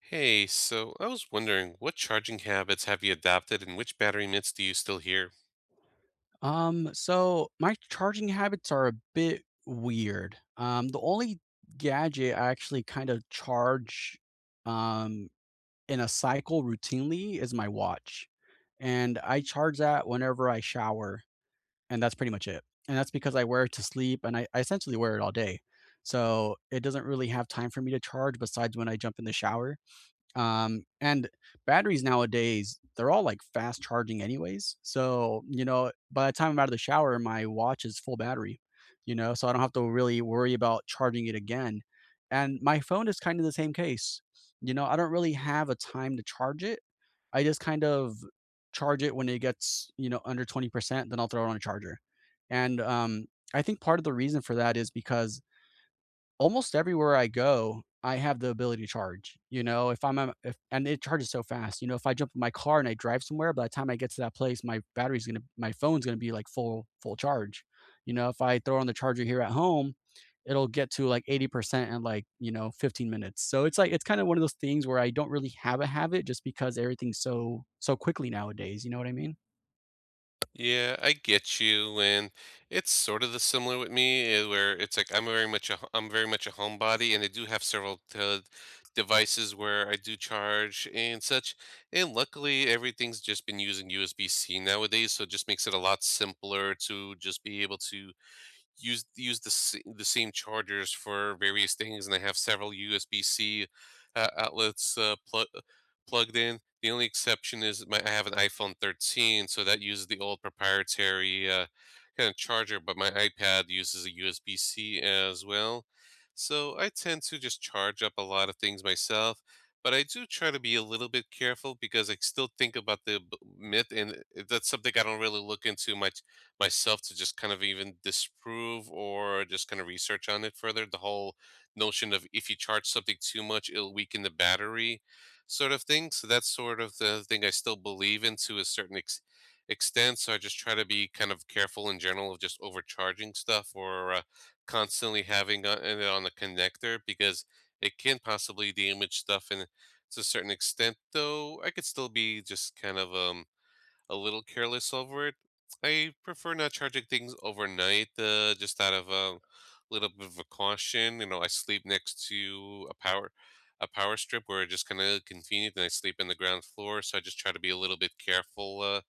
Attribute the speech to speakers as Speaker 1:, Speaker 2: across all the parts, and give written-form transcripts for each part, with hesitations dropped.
Speaker 1: Hey, so I was wondering, what charging habits have you adopted and which battery myths do you still hear?
Speaker 2: So my charging habits are a bit weird. The only gadget I actually kind of charge um in a cycle routinely is my watch. And I charge that whenever I shower, and that's pretty much it. And that's because I wear it to sleep and I essentially wear it all day. So it doesn't really have time for me to charge besides when I jump in the shower. And batteries nowadays, they're all like fast charging anyways. So, by the time I'm out of the shower, my watch is full battery, so I don't have to really worry about charging it again. And my phone is kind of the same case. You know, I don't really have a time to charge it. I just kind of charge it when it gets, under 20%. Then I'll throw it on a charger. And I think part of the reason for that is because almost everywhere I go, I have the ability to charge. You know, if I'm a if and it charges so fast. You know, if I jump in my car and I drive somewhere, by the time I get to that place, my phone's gonna be like full charge. You know, if I throw on the charger here at home, it'll get to like 80% in like, 15 minutes. So it's kind of one of those things where I don't really have a habit just because everything's so quickly nowadays. You know what I mean?
Speaker 1: Yeah, I get you, and it's sort of the similar with me, eh, where it's like I'm very much I'm very much a homebody, and I do have several devices where I do charge and such. And luckily, everything's just been using USB-C nowadays, so it just makes it a lot simpler to just be able to use the same chargers for various things, and they have several USB C outlets plugged in. The only exception is my, I have an iPhone 13, so that uses the old proprietary kind of charger, but my iPad uses a USB C as well. So I tend to just charge up a lot of things myself, but I do try to be a little bit careful because I still think about the myth, and eh, that's something I don't really look into much myself to just kind of even disprove or just kind of research on it further. The whole notion of if you charge something too much, it'll weaken the battery, sort of thing. So that's sort of the thing I still believe in to a certain extent. So I just try to be kind of careful in general of just overcharging stuff or constantly having it on a connector because it can possibly damage stuff and to a certain extent though I could still be just kind of a little careless over it. I prefer not charging things overnight, just out of a little bit of a caution. You know, I sleep next to a power strip where it's just kind of convenient, and I sleep in the ground floor. So I just try to be a little bit careful,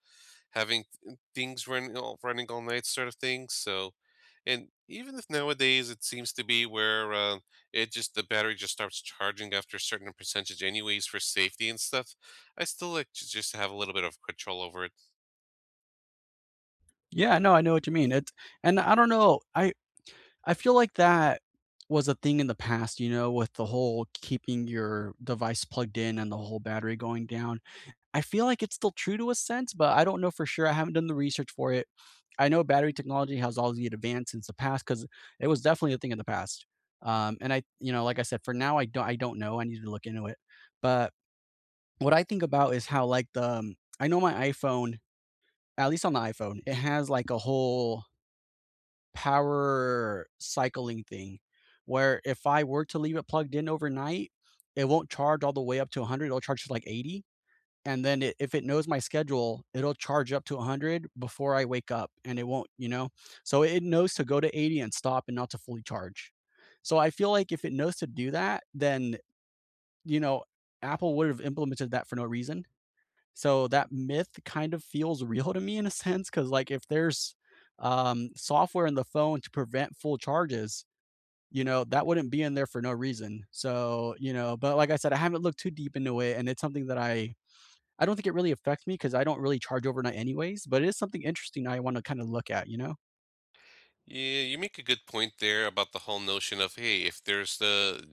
Speaker 1: having things running all night, sort of thing. So, and even if nowadays it seems to be where it just the battery just starts charging after a certain percentage, anyways, for safety and stuff. I still like to just have a little bit of control over it.
Speaker 2: Yeah, no, I know what you mean. It's and I don't know. I feel like that was a thing in the past, you know, with the whole keeping your device plugged in and the whole battery going down. I feel like it's still true to a sense, but I don't know for sure. I haven't done the research for it. I know battery technology has obviously advanced since the past because it was definitely a thing in the past. And I, like I said, for now, I don't know. I need to look into it. But what I think about is how, like, I know my iPhone, at least on the iPhone, it has like a whole power cycling thing, where if I were to leave it plugged in overnight, it won't charge all the way up to 100, it'll charge to, like, 80, and then it if it knows my schedule, it'll charge up to 100 before I wake up, and it won't you know? So it knows to go to 80 and stop and not to fully charge. So I feel like if it knows to do that, then, you know, Apple would have implemented that for no reason. So that myth kind of feels real to me in a sense, because like, if there's, software in the phone to prevent full charges, that wouldn't be in there for no reason. So, but like I said, I haven't looked too deep into it, and it's something that I don't think it really affects me because I don't really charge overnight anyways, but it is something interesting I wanna kinda look at, you know?
Speaker 1: Yeah, you make a good point there about the whole notion of, hey, if there's the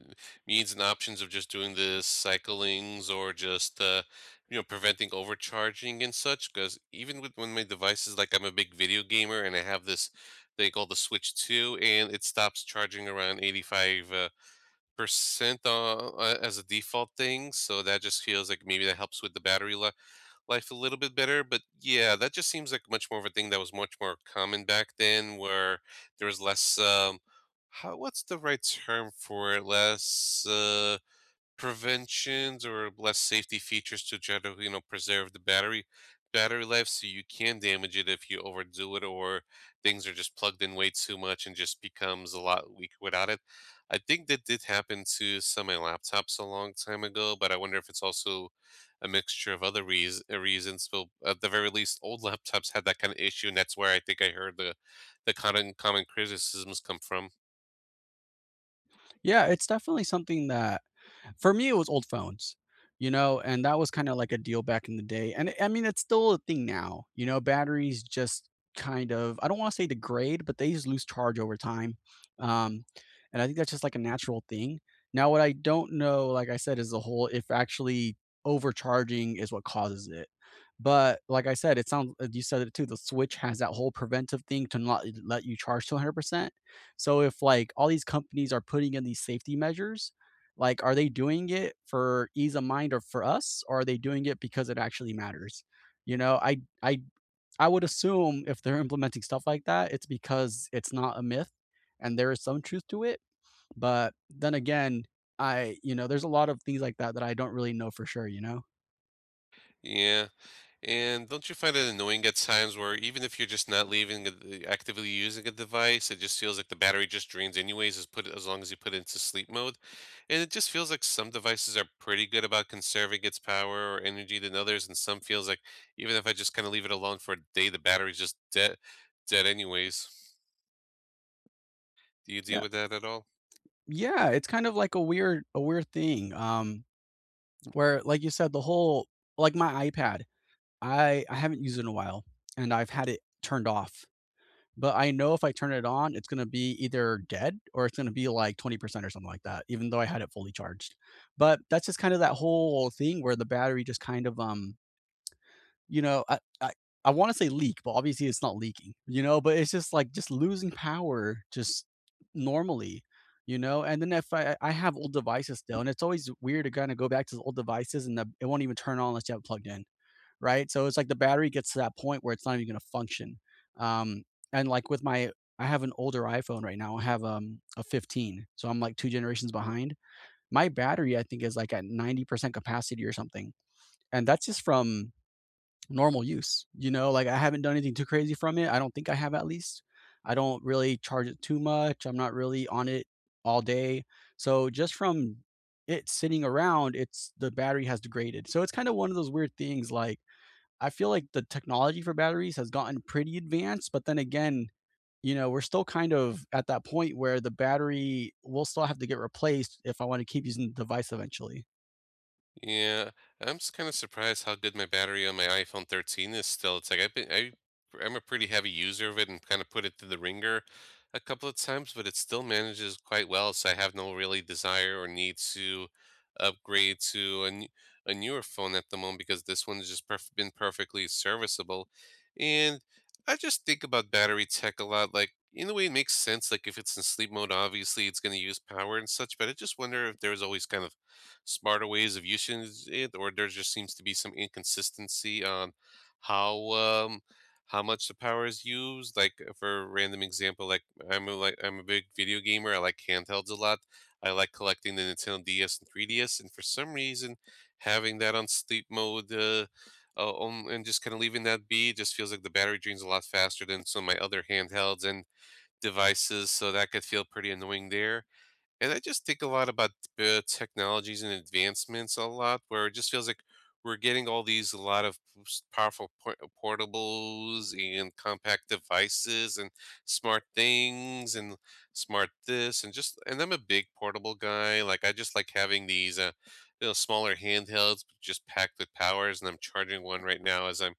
Speaker 1: means and options of just doing the cyclings or just you know, preventing overcharging and such, because even with when my devices, like I'm a big video gamer and I have this thing called the Switch 2, and it stops charging around 85 percent as a default thing, so that just feels like maybe that helps with the battery life a little bit better. But yeah, that just seems like much more of a thing that was much more common back then, where there was less. How what's the right term for it? Less. Preventions or less safety features to try to, you know, preserve the battery life so you can damage it if you overdo it or things are just plugged in way too much and just becomes a lot weaker without it. I think that did happen to some of my laptops a long time ago, but I wonder if it's also a mixture of other reasons, but at the very least old laptops had that kind of issue, and that's where I think I heard the the common criticisms come from.
Speaker 2: Yeah, it's definitely something that for me, it was old phones, you know, and that was kind of like a deal back in the day. And I mean, it's still a thing now, you know, batteries just kind of, I don't want to say degrade, but they just lose charge over time. Um, and I think that's just like a natural thing. Now, what I don't know, like I said, is the whole, if actually overcharging is what causes it. But like I said, it sounds, you said it too, the Switch has that whole preventive thing to not let you charge to 100%. So if like all these companies are putting in these safety measures, like, are they doing it for ease of mind or for us, or are they doing it because it actually matters? You know, I would assume if they're implementing stuff like that, it's because it's not a myth and there is some truth to it. But then again, I, there's a lot of things like that that I don't really know for sure, you know?
Speaker 1: Yeah. And don't you find it annoying at times where even if you're just not actively using a device, it just feels like the battery just drains anyways as long as you put it into sleep mode. And it just feels like some devices are pretty good about conserving its power or energy than others, and some feels like even if I just kind of leave it alone for a day, the battery's just dead anyways. Do you deal
Speaker 2: Yeah.
Speaker 1: with that at all?
Speaker 2: Yeah, it's kind of like a weird thing. Where like you said, the whole, like, my iPad, I haven't used it in a while and I've had it turned off. But I know if I turn it on, it's going to be either dead or it's going to be like 20% or something like that, even though I had it fully charged. But that's just kind of that whole thing where the battery just kind of, you know, I, I, I want to say leak, but obviously it's not leaking, you know, but it's just like just losing power just normally, you know. And then if I, I have old devices still, and it's always weird to kind of go back to the old devices, and it won't even turn on unless you have it plugged in, right? So it's like the battery gets to that point where it's not even going to function. Um, and like I have an older iPhone right now. I have a 15, so I'm like two generations behind. My battery, I think, is like at 90% capacity or something, and that's just from normal use. You know, like, I haven't done anything too crazy from it. I don't think I have, at least. I don't really charge it too much. I'm not really on it all day. So just from it sitting around, it's the battery has degraded. So it's kind of one of those weird things, like, I feel like the technology for batteries has gotten pretty advanced, but then again, you know, we're still kind of at that point where the battery will still have to get replaced if I want to keep using the device eventually.
Speaker 1: Yeah, I'm just kind of surprised how good my battery on my iPhone 13 is still. It's like I've been I I'm a pretty heavy user of it and kind of put it through the ringer a couple of times, but it still manages quite well. So I have no really desire or need to upgrade to a newer phone at the moment because this one's just been perfectly serviceable. And I just think about battery tech a lot. Like in a way, it makes sense. Like if it's in sleep mode, obviously it's going to use power and such. But I just wonder if there's always kind of smarter ways of using it, or there just seems to be some inconsistency on how um, how much the power is used. Like for a random example, like like I'm a big video gamer. I like handhelds a lot. I like collecting the Nintendo DS and 3DS, and for some reason, having that on sleep mode. And just kind of leaving that be just feels like the battery drains a lot faster than some of my other handhelds and devices, so that could feel pretty annoying there. And I just think a lot about technologies and advancements a lot, where it just feels like we're getting all these a lot of powerful portables and compact devices and smart things and smart this and just, and I'm a big portable guy. Like I just like having these you know, smaller handhelds just packed with powers, and I'm charging one right now as I'm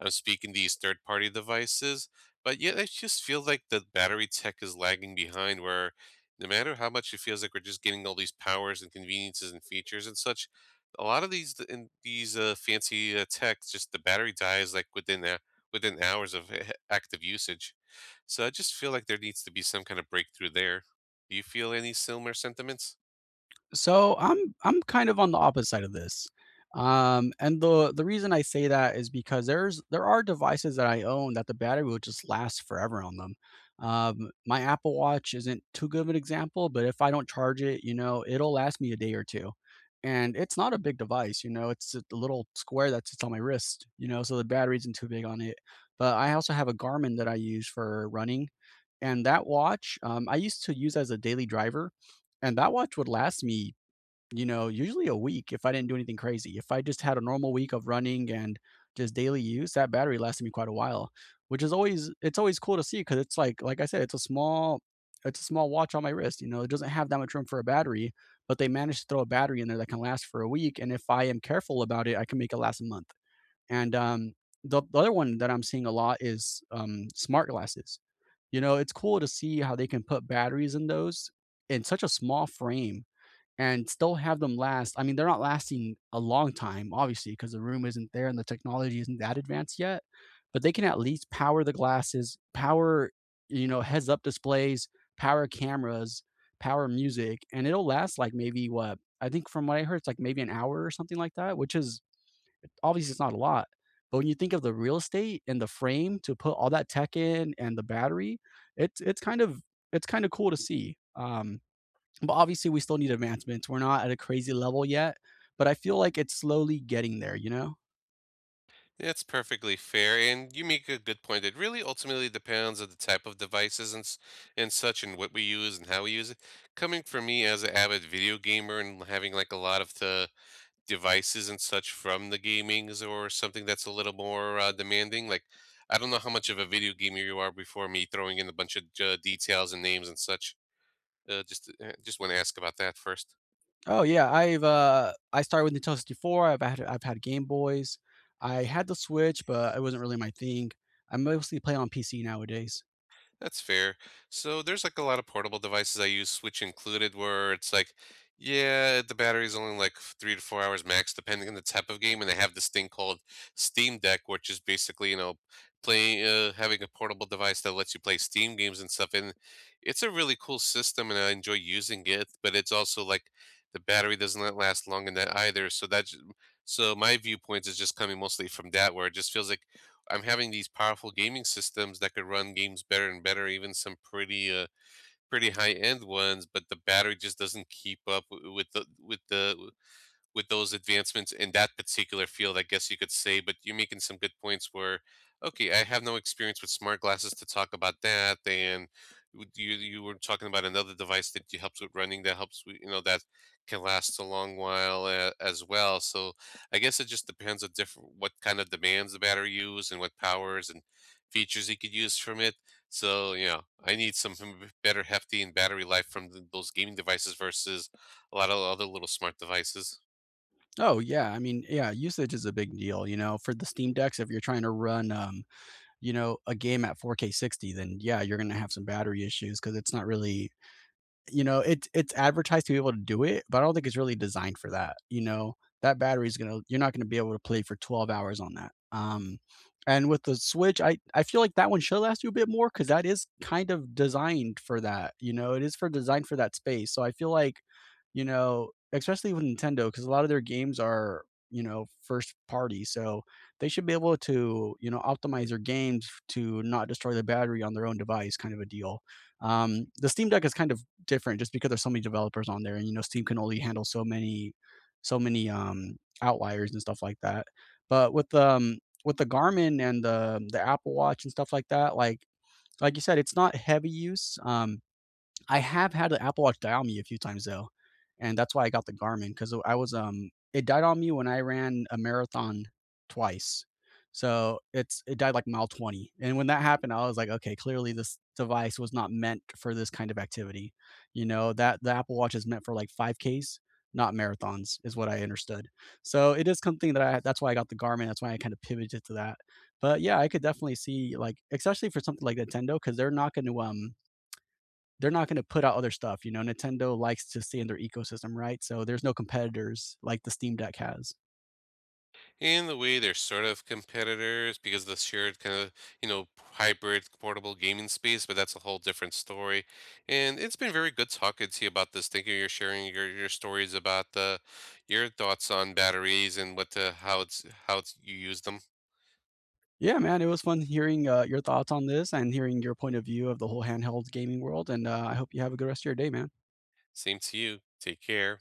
Speaker 1: I'm speaking these third party devices. But yet I just feel like the battery tech is lagging behind where no matter how much it feels like we're just getting all these powers and conveniences and features and such, a lot of in these fancy techs, just the battery dies like within hours of active usage. So I just feel like there needs to be some kind of breakthrough there. Do you feel any similar sentiments?
Speaker 2: So I'm kind of on the opposite side of this. And the reason I say that is because there are devices that I own that the battery will just last forever on them. My Apple Watch isn't too good of an example, but if I don't charge it, you know, it'll last me a day or two. And it's not a big device, you know, it's a little square that sits on my wrist, you know, so the battery isn't too big on it. But I also have a Garmin that I use for running. And that watch, I used to use as a daily driver, and that watch would last me, you know, usually a week if I didn't do anything crazy. If I just had a normal week of running and just daily use, that battery lasted me quite a while, which is always cool to see because it's like I said, it's a small watch on my wrist. You know, it doesn't have that much room for a battery, but they managed to throw a battery in there that can last for a week. And if I am careful about it, I can make it last a month. And The other one that I'm seeing a lot is smart glasses. You know, it's cool to see how they can put batteries in those, in such a small frame, and still have them last. I mean, they're not lasting a long time, obviously, because the room isn't there and the technology isn't that advanced yet, but they can at least power the glasses, power, you know, heads up displays, power cameras, power music, and it'll last like maybe, what, I think from what I heard, it's like maybe an hour or something like that, which is, obviously, it's not a lot. But when you think of the real estate and the frame to put all that tech in, and the battery, it's it's kind of it's kind of cool to see. But obviously, we still need advancements. We're not at a crazy level yet, but I feel like it's slowly getting there. You know?
Speaker 1: That's perfectly fair, and you make a good point. It really ultimately depends on the type of devices and and such, and what we use and how we use it. Coming from me as an avid video gamer and having like a lot of the devices and such from the gamings or something that's a little more, demanding? Like, I don't know how much of a video gamer you are before me throwing in a bunch of, details and names and such. Just wanna ask about that first.
Speaker 2: Oh yeah, I started with Nintendo 64. I've had Game Boys. I had the Switch, but it wasn't really my thing. I mostly play on PC nowadays.
Speaker 1: That's fair. So there's like a lot of portable devices I use, Switch included, where it's like, yeah, the battery's only like 3 to 4 hours max, depending on the type of game. And they have this thing called Steam Deck, which is basically, you know, playing, having a portable device that lets you play Steam games and stuff. And it's a really cool system, and I enjoy using it. But it's also like the battery doesn't last long in that either. So that's so my viewpoints is just coming mostly from that, where it just feels like I'm having these powerful gaming systems that could run games better and better, even some pretty high end ones, but the battery just doesn't keep up with those advancements in that particular field, I guess you could say, but you're making some good points where, okay, I have no experience with smart glasses to talk about that. And you were talking about another device that you helps with running that helps with, you know, that can last a long while as well. So I guess it just depends on different what kind of demands the battery use and what powers and features you could use from it. So, you know, I need some better hefty and battery life from those gaming devices versus a lot of other little smart devices.
Speaker 2: Oh yeah, I mean, yeah, usage is a big deal. You know, for the Steam Decks, if you're trying to run you know a game at 4K 60, then yeah, you're gonna have some battery issues because it's not really, you know, it's advertised to be able to do it, but I don't think it's really designed for that. You know, that battery is gonna you're not gonna be able to play for 12 hours on that. And with the Switch, I feel like that one should last you a bit more because that is kind of designed for that. You know, it is for designed for that space. So I feel like, you know, especially with Nintendo, because a lot of their games are first party, so they should be able to optimize their games to not destroy the battery on their own device, kind of a deal. The Steam Deck is kind of different just because there's so many developers on there, and Steam can only handle so many outliers and stuff like that. But with the Garmin and the Apple Watch and stuff like that, like you said, it's not heavy use. I have had the Apple Watch die on me a few times though, and that's why I got the Garmin because I was it died on me when I ran a marathon twice. So it died like mile 20. And when that happened, I was like, okay, clearly this device was not meant for this kind of activity. You know, that the Apple Watch is meant for like 5Ks, not marathons, is what I understood. So it is something that I that's why I got the Garmin. That's why I kind of pivoted to that. But yeah, I could definitely see, like, especially for something like Nintendo, because they're not going to put out other stuff. You know, Nintendo likes to stay in their ecosystem, right? So there's no competitors like the Steam Deck has.
Speaker 1: In the way, they're sort of competitors because of the shared kind of, you know, hybrid portable gaming space, but that's a whole different story. And it's been very good talking to you about this. Thank you. You're sharing your stories about the your thoughts on batteries and what the how it's you use them.
Speaker 2: Yeah, man, it was fun hearing your thoughts on this and hearing your point of view of the whole handheld gaming world. And I hope you have a good rest of your day, man.
Speaker 1: Same to you. Take care.